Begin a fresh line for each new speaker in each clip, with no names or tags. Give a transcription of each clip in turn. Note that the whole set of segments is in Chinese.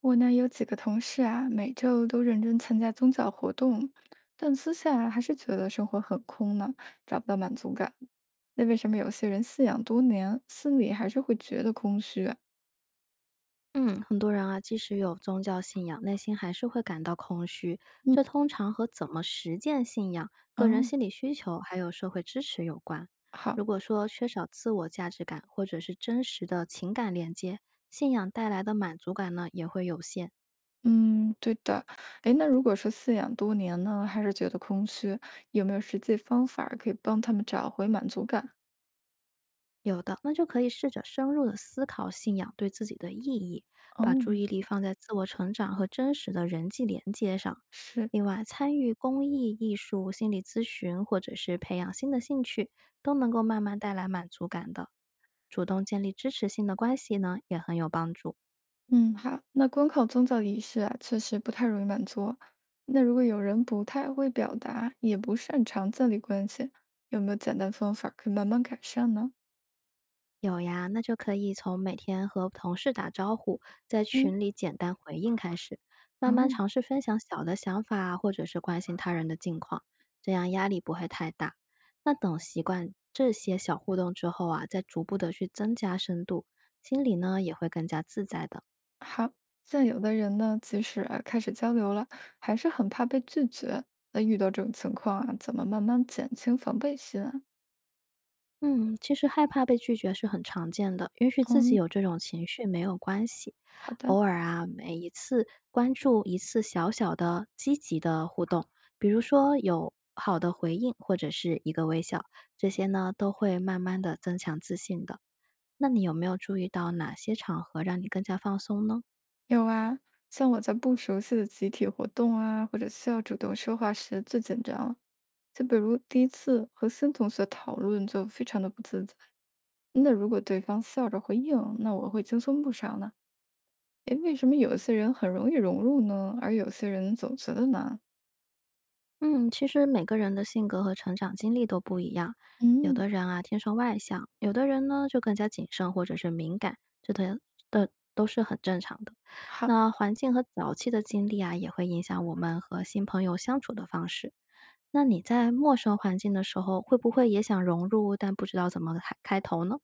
我呢有几个同事啊，每周都认真参加宗教活动，但私下啊还是觉得生活很空呢，找不到满足感。那为什么有些人信仰多年，心里还是会觉得空虚啊？
嗯，很多人啊，即使有宗教信仰，内心还是会感到空虚。
嗯，
这通常和怎么实践信仰、个人
嗯，
心
哦，
理需求还有社会支持有关。
好，
如果说缺少自我价值感或者是真实的情感连接，信仰带来的满足感呢也会有限。
嗯，对的。诶，那如果说信仰多年呢，还是觉得空虚，有没有实际方法儿可以帮他们找回满足感？
有的，那就可以试着深入的思考信仰对自己的意义，把
哦，
注意力放在自我成长和真实的人际连接上。
是。
另外，参与公益、艺术、心理咨询，或者是培养新的兴趣，都能够慢慢带来满足感的。主动建立支持性的关系呢，也很有帮助。
嗯，好，那光靠宗教仪式啊，确实不太容易满足。那如果有人不太会表达，也不擅长建立关系，有没有简单方法可以慢慢改善呢？
有呀，那就可以从每天和同事打招呼，在
嗯，
群里简单回应开始，慢慢
哦，
尝试分享小的想法啊或者是关心他人的近况，这样压力不会太大。那等习惯这些小互动之后啊，再逐步的去增加深度，心里呢也会更自在。
好，像有的人呢，即使啊开始交流了，还是很怕被拒绝。那遇到这种情况啊，怎么慢慢减轻防备心啊？
嗯，其实害怕被拒绝是很常见的，允许自己
嗯，
有这种情绪没有关系。
好的。
偶尔啊，每一次关注一次小小的积极的互动，比如说有好的回应或者是一个微笑，这些呢都会慢慢的增强自信的。那你有没有注意到哪些场合让你更加放松呢？
有啊，像我在不熟悉的集体活动啊，或者需要主动说话时最紧张了。就比如第一次和新同学讨论，就非常的不自在。那如果对方笑着回应，那我会轻松不少呢。诶，为什么有些人很容易融入呢，而有些人总觉得难？
嗯，其实每个人的性格和成长经历都不一样，有
嗯，
的人啊天生外向，有的人呢就更加谨慎或者是敏感，这都是很正常的。
好。
那环境和早期的经历啊，也会影响我们和新朋友相处的方式。那你在陌生环境的时候，会不会也想融入，但不知道怎么开头呢？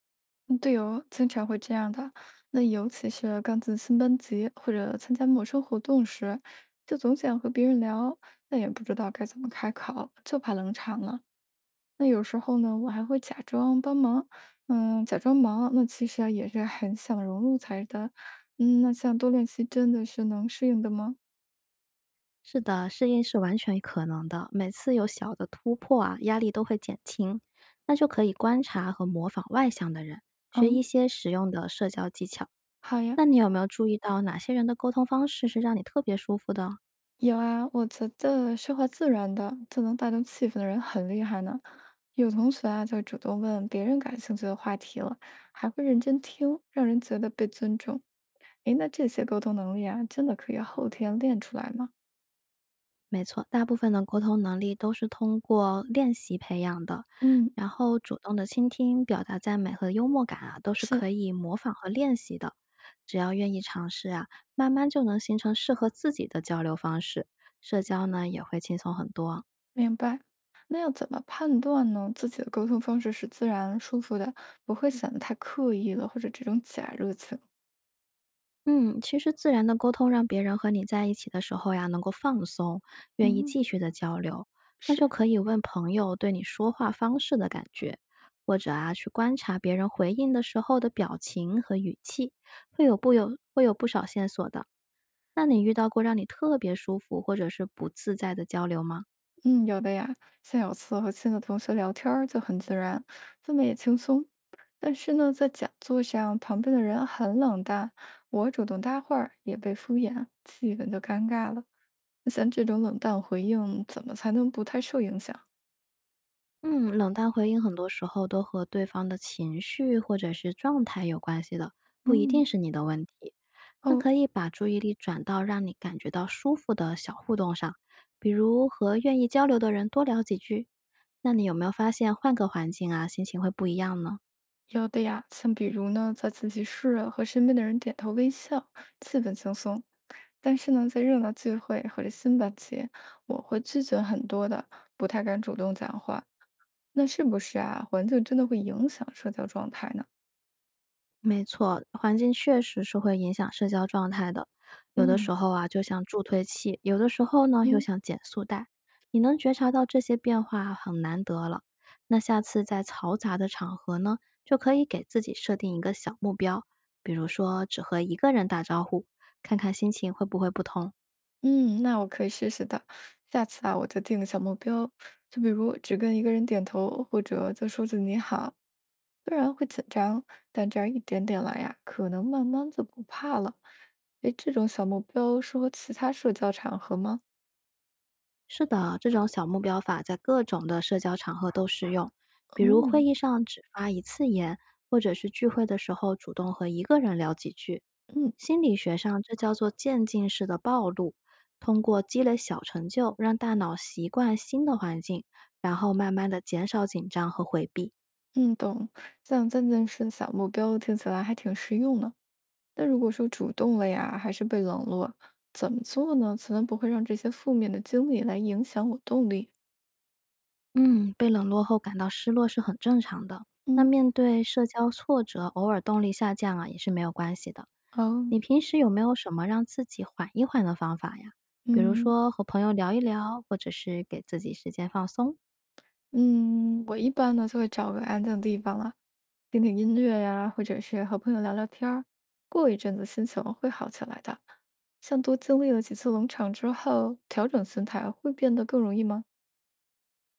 嗯，对哦，经常会这样的。那尤其是刚进新班级或者参加陌生活动时，就总想和别人聊，但也不知道该怎么开口，就怕冷场了。那有时候呢，我还会假装帮忙，嗯，假装忙，那其实啊也是很想融入才的。嗯，那像多练习真的是能适应的吗？
是的，适应是完全可能的。每次有小的突破啊，压力都会减轻，那就可以观察和模仿外向的人，学
嗯，
一些实用的社交技巧。
好呀。
那你有没有注意到哪些人的沟通方式是让你特别舒服的？
有啊，我觉得说话自然的就能带动气氛的人很厉害呢。有同学啊，就主动问别人感兴趣的话题了，还会认真听，让人觉得被尊重。诶，那这些沟通能力啊，真的可以后天练出来吗？
没错，大部分的沟通能力都是通过练习培养的，
嗯，
然后主动的倾听、表达赞美和幽默感啊，都是
是，
可以模仿和练习的。只要愿意尝试啊，慢慢就能形成适合自己的交流方式，社交呢也会轻松很多。
明白。那要怎么判断呢？自己的沟通方式是自然舒服的，不会显得太刻意了，或者这种假热情。
嗯，其实自然的沟通让别人和你在一起的时候呀，能够放松，愿意
嗯，
继续的交流，那
是，
就可以问朋友对你说话方式的感觉，或者啊，去观察别人回应的时候的表情和语气，会有不少线索的。那你遇到过让你特别舒服或者是不自在的交流吗？
嗯，有的呀，像有次和新的同学聊天儿就很自然，氛围也轻松。但是呢，在讲座上，旁边的人很冷淡，我主动搭话儿也被敷衍，气氛就尴尬了。那像这种冷淡回应，怎么才能不太受影响？
嗯，冷淡回应很多时候都和对方的情绪或者是状态有关系的，不一
嗯，
定是你的问题。那
哦，
可以把注意力转到让你感觉到舒服的小互动上，比如和愿意交流的人多聊几句。那你有没有发现换个环境啊，心情会不一样呢？
有的呀，像比如呢，在自习室啊和身边的人点头微笑，气氛轻松。但是呢，在热闹聚会或者新班级，我会拒绝很多的，不太敢主动讲话。那是不是啊？环境真的会影响社交状态呢？
没错，环境确实是会影响社交状态的。有的时
嗯，
候啊，就像助推器；有的时候呢，又
嗯，
像减速带。你能觉察到这些变化很难得了。那下次在嘈杂的场合呢，就可以给自己设定一个小目标，比如说只和一个人打招呼，看看心情会不会不同。
嗯，那我可以试试的。下次啊，我就定个小目标，就比如只跟一个人点头，或者就说句你好。虽然会紧张，但这样一点点来呀，可能慢慢就不怕了。诶，这种小目标适合其他社交场合吗？
是的，这种小目标法在各种的社交场合都适用，比如会
嗯。
议上只发一次言，或者是聚会的时候主动和一个人聊几句。
嗯，
心理学上，这叫做渐进式的暴露，通过积累小成就，让大脑习惯新的环境，然后慢慢的减少紧张和回避。
嗯，懂。像渐进式的小目标听起来还挺实用呢。那如果说主动了呀，还是被冷落，怎么做呢？才能不会让这些负面的经历来影响我动力？
嗯，被冷落后感到失落是很正常的。那
嗯，
面对社交挫折，偶尔动力下降啊，也是没有关系的。你
哦，
平时有没有什么让自己缓一缓的方法呀？比如
嗯，
说和朋友聊一聊，或者是给自己时间放松。
嗯，我一般呢就会找个安静的地方了，听听音乐呀，或者是和朋友聊聊天儿，过一阵子心情会好起来的。像多经历了几次冷场之后，调整心态会变得更容易吗？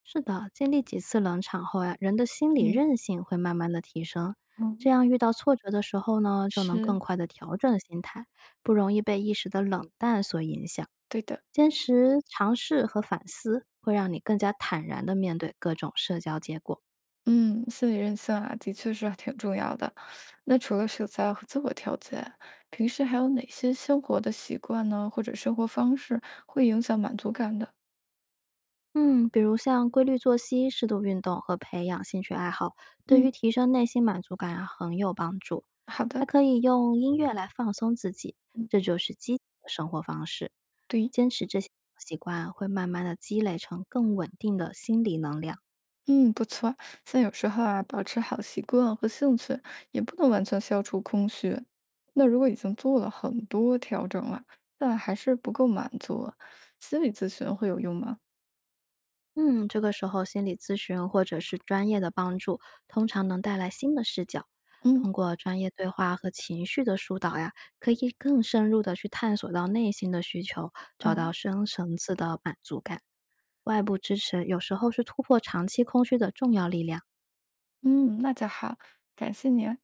是的，经历几次冷场后呀，人的心理
嗯，
韧性会慢慢的提升，这
嗯，
样遇到挫折的时候呢，就能更
是，
快的调整心态，不容易被一时的冷淡所影响。
对的。
坚持尝试和反思，会让你更加坦然的面对各种社交结果。
嗯，心理韧性啊，的确是挺重要的。那除了社交和自我调节，平时还有哪些生活的习惯呢，或者生活方式会影响满足感的？
嗯，比如像规律作息、适度运动和培养兴趣爱好，对于
嗯，
提升内心满足感啊很有帮助。
好
还
的，
可以用音乐来放松自己，
嗯，
这就是积极的生活方式。
对，
坚持这些习惯，会慢慢的积累成更稳定的心理能量。
嗯，不错。像有时候啊，保持好习惯和兴趣，也不能完全消除空虚。那如果已经做了很多调整了，但还是不够满足，心理咨询会有用吗？
嗯，这个时候心理咨询或者是专业的帮助，通常能带来新的视角。
嗯，
通过专业对话和情绪的疏导呀，可以更深入的去探索到内心的需求，找到
嗯，
深层次的满足感。外部支持有时候是突破长期空虚的重要力量。
嗯，那就好，感谢您。